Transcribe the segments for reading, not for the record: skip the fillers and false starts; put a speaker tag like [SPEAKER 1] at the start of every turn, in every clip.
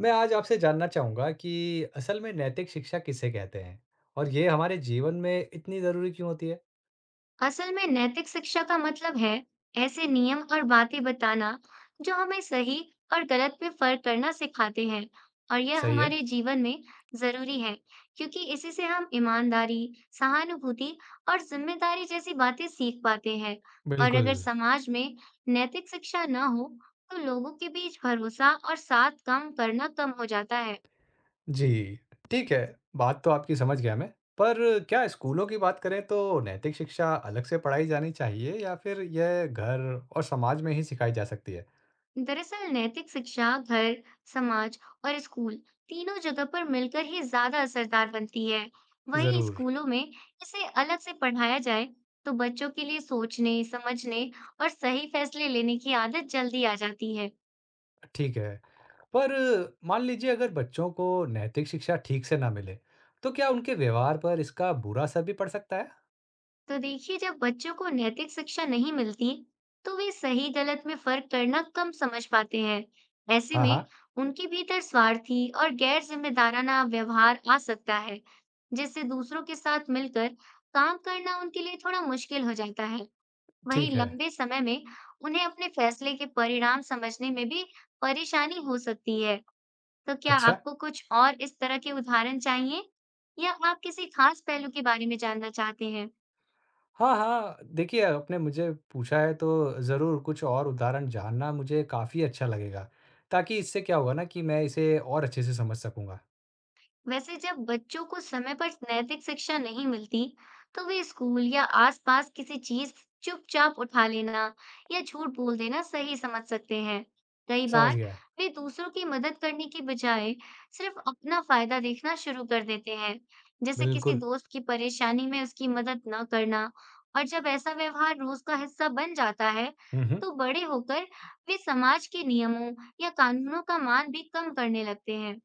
[SPEAKER 1] मैं आज आपसे जानना चाहूँगा कि असल में नैतिक शिक्षा किसे कहते हैं? और ये हमारे जीवन में इतनी ज़रूरी क्यों होती है?
[SPEAKER 2] असल में नैतिक शिक्षा का मतलब है ऐसे नियम और बातें बताना जो हमें सही और गलत में फर्क करना सिखाते हैं। और यह
[SPEAKER 1] सही है।
[SPEAKER 2] हमारे जीवन में जरूरी है, क्योंकि इसी से हम ईमानदारी, सहानुभूति और जिम्मेदारी जैसी बातें सीख पाते हैं। और
[SPEAKER 1] बिल्कुल।
[SPEAKER 2] अगर समाज में नैतिक शिक्षा न हो तो लोगों के बीच भरोसा और साथ काम करना कम हो जाता है।
[SPEAKER 1] जी, ठीक है, बात तो आपकी समझ गया मैं। पर क्या स्कूलों की बात करें तो नैतिक शिक्षा अलग से पढ़ाई जानी चाहिए या फिर यह घर और समाज में ही सिखाई जा सकती है?
[SPEAKER 2] दरअसल नैतिक शिक्षा घर, समाज और स्कूल, तीनों जगह पर मिलकर ही ज्यादा असरदार बनती है। वहीं
[SPEAKER 1] ज़रूर।
[SPEAKER 2] स्कूलों में इसे अलग से पढ़ाया जाए तो बच्चों के लिए सोचने, समझने और सही फैसले लेने की आदत जल्दी आ जाती है।
[SPEAKER 1] ठीक है। पर मान लीजिए अगर बच्चों को नैतिक शिक्षा ठीक से ना मिले, तो क्या उनके व्यवहार पर इसका बुरा असर भी पड़ सकता है?
[SPEAKER 2] तो देखिए, जब बच्चों को नैतिक शिक्षा नहीं मिलती तो वे सही गलत में फर्क करना कम समझ पाते हैं। ऐसे
[SPEAKER 1] हाँ,
[SPEAKER 2] में
[SPEAKER 1] हाँ,
[SPEAKER 2] उनके भीतर स्वार्थी और गैर जिम्मेदाराना व्यवहार आ सकता है, जिससे दूसरों के साथ मिलकर काम करना उनके लिए थोड़ा मुश्किल हो जाता है। वहीं
[SPEAKER 1] ठीक है।
[SPEAKER 2] लंबे समय में उन्हें अपने फैसले के परिणाम समझने में भी परेशानी हो सकती है। तो क्या
[SPEAKER 1] अच्छा।
[SPEAKER 2] आपको कुछ और इस तरह के उदाहरण चाहिए, या आप किसी खास पहलू के बारे में जानना चाहते हैं?
[SPEAKER 1] हाँ, हाँ। देखिए, आपने मुझे पूछा है तो ज़रूर कुछ और उदाहरण जानना मुझे काफ़ी अच्छा लगेगा, ताकि इससे क्या होगा ना कि मैं इसे और अच्छे से समझ सकूँगा।
[SPEAKER 2] वैसे जब बच्चों को समय पर नैतिक शिक्षा नहीं मिलती, तो वे स्कूल या आसपास किसी चीज चुपचाप उठा लेना या झूठ बोल देना सही समझ सकते हैं। कई
[SPEAKER 1] समझ
[SPEAKER 2] बार
[SPEAKER 1] गया, है,
[SPEAKER 2] वे दूसरों की मदद करने की बजाय सिर्फ अपना फायदा देखना शुरू कर देते हैं, जैसे किसी
[SPEAKER 1] बिल्कुल।
[SPEAKER 2] दोस्त की परेशानी में उसकी मदद न करना। और जब ऐसा व्यवहार रोज का हिस्सा बन जाता है,
[SPEAKER 1] हुँ, हुँ।
[SPEAKER 2] तो बड़े होकर वे समाज के नियमों या कानूनों का मान भी कम करने लगते हैं।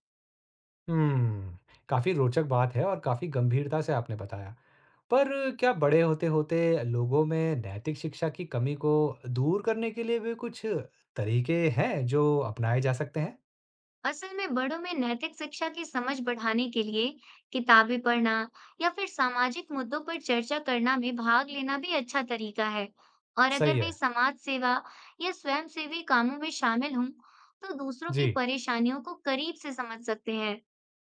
[SPEAKER 1] हुँ, काफ़ी रोचक बात है और काफ़ी गंभीरता से आपने बताया। पर क्या बड़े होते-होते लोगों में नैतिक शिक्षा की कमी को दूर करने के लिए भी कुछ तरीके हैं जो अपनाए जा सकते हैं?
[SPEAKER 2] असल में बड़ों में नैतिक शिक्षा की समझ बढ़ाने के लिए किताबें पढ़ना या फिर सामाजिक मुद्दों पर चर्चा करना में भाग लेना भी अच्छा तरीका है। और अगर
[SPEAKER 1] सही
[SPEAKER 2] वे
[SPEAKER 1] है।
[SPEAKER 2] समाज सेवा या स्वयंसेवी कामों में शामिल हों तो दूसरों की
[SPEAKER 1] जी।
[SPEAKER 2] परेशानियों को करीब से समझ सकते हैं।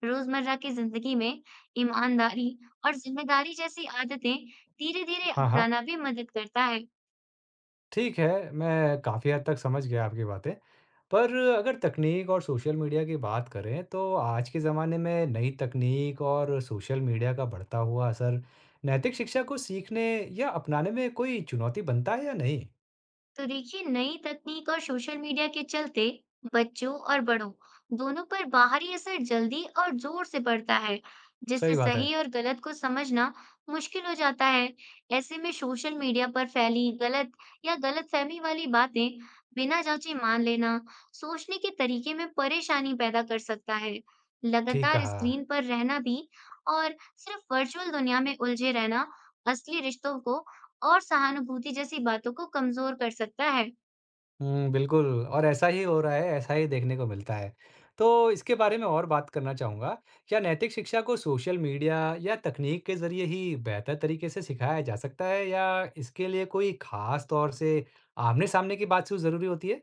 [SPEAKER 2] रोजमर्रा की जिंदगी में ईमानदारी और जिम्मेदारी जैसी आदतें धीरे धीरे
[SPEAKER 1] हाँ, हाँ।
[SPEAKER 2] अपनाना भी मदद करता है।
[SPEAKER 1] ठीक है, मैं काफ़ी हद तक समझ गया आपकी बातें। पर अगर तकनीक और सोशल मीडिया की बात करें तो आज के ज़माने में नई तकनीक और सोशल मीडिया का बढ़ता हुआ असर नैतिक शिक्षा को सीखने या अपनाने में कोई चुनौती बनता है या नहीं?
[SPEAKER 2] तो देखिए, नई तकनीक और सोशल मीडिया के चलते बच्चों और बड़ों, दोनों पर बाहरी असर जल्दी और जोर से पड़ता है, जिससे
[SPEAKER 1] सही बात है।
[SPEAKER 2] सही और गलत को समझना मुश्किल हो जाता है। ऐसे में सोशल मीडिया पर फैली गलत या गलतफहमी वाली बातें बिना जांचे मान लेना सोचने के तरीके में परेशानी पैदा कर सकता है।
[SPEAKER 1] ठीक
[SPEAKER 2] लगातार
[SPEAKER 1] कहा।
[SPEAKER 2] स्क्रीन पर रहना भी और सिर्फ वर्चुअल दुनिया में उलझे रहना असली रिश्तों को और सहानुभूति जैसी बातों को कमज़ोर कर सकता है।
[SPEAKER 1] हुँ, बिल्कुल और ऐसा ही हो रहा है, ऐसा ही देखने को मिलता है। तो इसके बारे में और बात करना चाहूँगा, क्या नैतिक शिक्षा को सोशल मीडिया या तकनीक के ज़रिए ही बेहतर तरीके से सिखाया जा सकता है या इसके लिए कोई ख़ास तौर से आमने-सामने की बातचीत ज़रूरी होती है?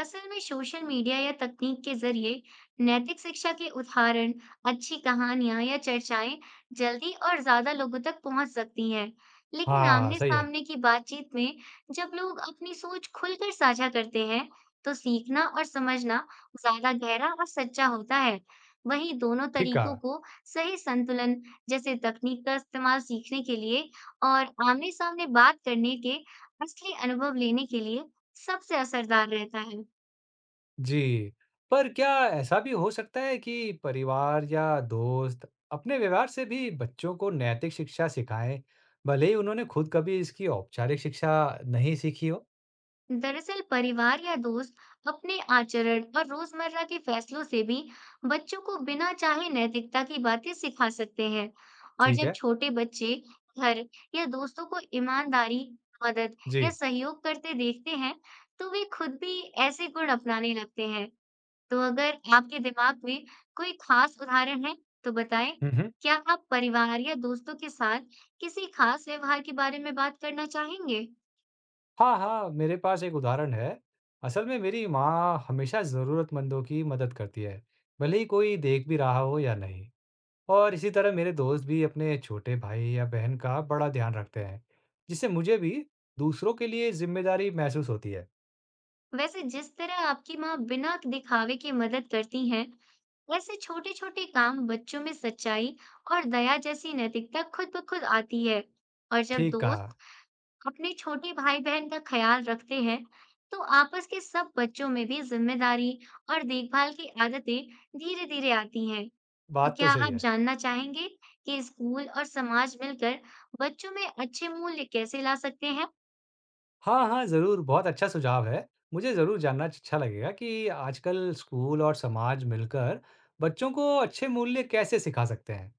[SPEAKER 2] असल में सोशल मीडिया या तकनीक के जरिए नैतिक शिक्षा के उदाहरण, अच्छी कहानियां या चर्चाएं जल्दी और ज्यादा लोगों तक पहुंच सकती हैं। लेकिन
[SPEAKER 1] हाँ,
[SPEAKER 2] आमने
[SPEAKER 1] सही है,
[SPEAKER 2] सामने की बातचीत में जब लोग अपनी सोच खुलकर साझा करते हैं, तो सीखना और समझना ज्यादा गहरा और सच्चा होता है। वहीं दोनों
[SPEAKER 1] ठीक
[SPEAKER 2] तरीकों
[SPEAKER 1] कहा।
[SPEAKER 2] को सही संतुलन, जैसे तकनीक का इस्तेमाल सीखने के लिए और आमने सामने बात करने के असली अनुभव लेने के लिए, सबसे असरदार रहता है।
[SPEAKER 1] जी, पर क्या ऐसा भी हो सकता है कि परिवार या दोस्त अपने व्यवहार से भी बच्चों को नैतिक शिक्षा सिखाएँ, भले ही उन्होंने खुद कभी इसकी औपचारिक शिक्षा नहीं सीखी हो?
[SPEAKER 2] दरअसल परिवार या दोस्त अपने आचरण और रोजमर्रा के फैसलों से भी बच्चों को बिना चाहे नैतिकता की बातें सिखा सकते हैं। और
[SPEAKER 1] ठीक
[SPEAKER 2] जब
[SPEAKER 1] है।
[SPEAKER 2] छोटे बच्चे घर या दोस्तों को ईमानदारी, मदद
[SPEAKER 1] जी।
[SPEAKER 2] या सहयोग करते देखते हैं तो वे खुद भी ऐसे गुण अपनाने लगते हैं। तो अगर आपके दिमाग में कोई खास उदाहरण है तो बताएं।
[SPEAKER 1] हुँ, हुँ।
[SPEAKER 2] क्या आप परिवार या दोस्तों के साथ किसी खास व्यवहार के बारे में बात करना चाहेंगे?
[SPEAKER 1] हाँ, हाँ, मेरे पास एक उदाहरण है। असल में मेरी माँ हमेशा ज़रूरतमंदों की मदद करती है, भले ही कोई देख भी रहा हो या नहीं। और इसी तरह मेरे दोस्त भी अपने छोटे भाई या बहन का बड़ा ध्यान रखते हैं, जिससे मुझे भी दूसरों के लिए ज़िम्मेदारी महसूस होती है।
[SPEAKER 2] वैसे जिस तरह आपकी माँ बिना दिखावे के मदद करती हैं, वैसे छोटे छोटे काम बच्चों में सच्चाई और दया जैसी नैतिकता खुद ब खुद आती है। और जब
[SPEAKER 1] ठीक कहा,
[SPEAKER 2] दोस्त अपने छोटे भाई बहन का ख्याल रखते हैं तो आपस के सब बच्चों में भी जिम्मेदारी और देखभाल की आदतें धीरे धीरे आती हैं। तो
[SPEAKER 1] बात तो
[SPEAKER 2] क्या
[SPEAKER 1] सही
[SPEAKER 2] आप
[SPEAKER 1] है।
[SPEAKER 2] जानना चाहेंगे कि स्कूल और समाज मिलकर बच्चों में अच्छे मूल्य कैसे ला सकते हैं?
[SPEAKER 1] हाँ, हाँ, ज़रूर, बहुत अच्छा सुझाव है। मुझे ज़रूर जानना अच्छा लगेगा कि आजकल स्कूल और समाज मिलकर बच्चों को अच्छे मूल्य कैसे सिखा सकते हैं।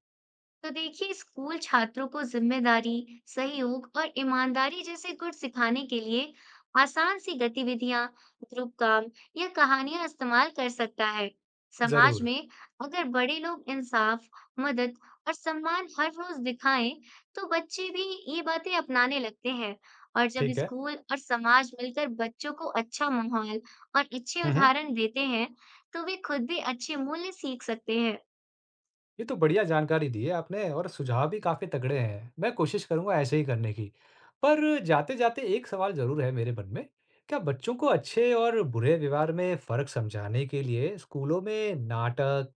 [SPEAKER 2] तो देखिए, स्कूल छात्रों को जिम्मेदारी, सहयोग और ईमानदारी जैसे गुण सिखाने के लिए आसान सी गतिविधियां, ग्रुप काम या कहानियां इस्तेमाल कर सकता है। समाज
[SPEAKER 1] ज़रूर।
[SPEAKER 2] में अगर बड़े लोग इंसाफ, मदद और सम्मान हर रोज दिखाएं, तो बच्चे भी ये बातें अपनाने लगते हैं। और जब
[SPEAKER 1] ठीक है।
[SPEAKER 2] स्कूल और समाज मिलकर बच्चों को अच्छा माहौल और अच्छे
[SPEAKER 1] हुँ, हुँ।
[SPEAKER 2] उदाहरण देते हैं, तो वे खुद भी अच्छे मूल्य सीख सकते हैं।
[SPEAKER 1] ये तो बढ़िया जानकारी दी है आपने और सुझाव भी काफ़ी तगड़े हैं। मैं कोशिश करूँगा ऐसे ही करने की। पर जाते-जाते एक सवाल ज़रूर है मेरे मन में, क्या बच्चों को अच्छे और बुरे व्यवहार में फ़र्क समझाने के लिए स्कूलों में नाटक,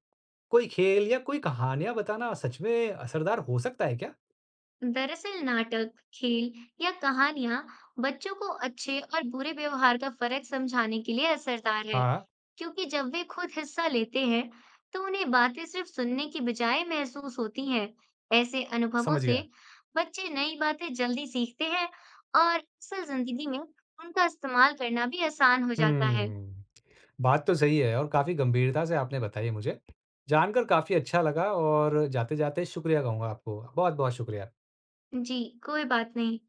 [SPEAKER 1] कोई खेल या कोई कहानियाँ बताना सच में असरदार हो सकता है क्या?
[SPEAKER 2] दरअसल नाटक, खेल या कहानियां बच्चों को अच्छे और बुरे व्यवहार का फर्क समझाने के लिए असरदार है,
[SPEAKER 1] हाँ,
[SPEAKER 2] क्योंकि जब वे खुद हिस्सा लेते हैं, तो उन्हें बातें सिर्फ सुनने की बजाय महसूस होती हैं। ऐसे अनुभवों
[SPEAKER 1] समझ
[SPEAKER 2] से
[SPEAKER 1] गया।
[SPEAKER 2] बच्चे नई बातें जल्दी सीखते हैं और असल जिंदगी में उनका इस्तेमाल करना भी आसान हो जाता है।
[SPEAKER 1] हम्म, बात तो सही है और काफ़ी गंभीरता से आपने बताई है मुझे। जानकर काफ़ी अच्छा लगा और जाते-जाते शुक्रिया कहूँगा आपको। बहुत-बहुत शुक्रिया।
[SPEAKER 2] जी, कोई बात नहीं।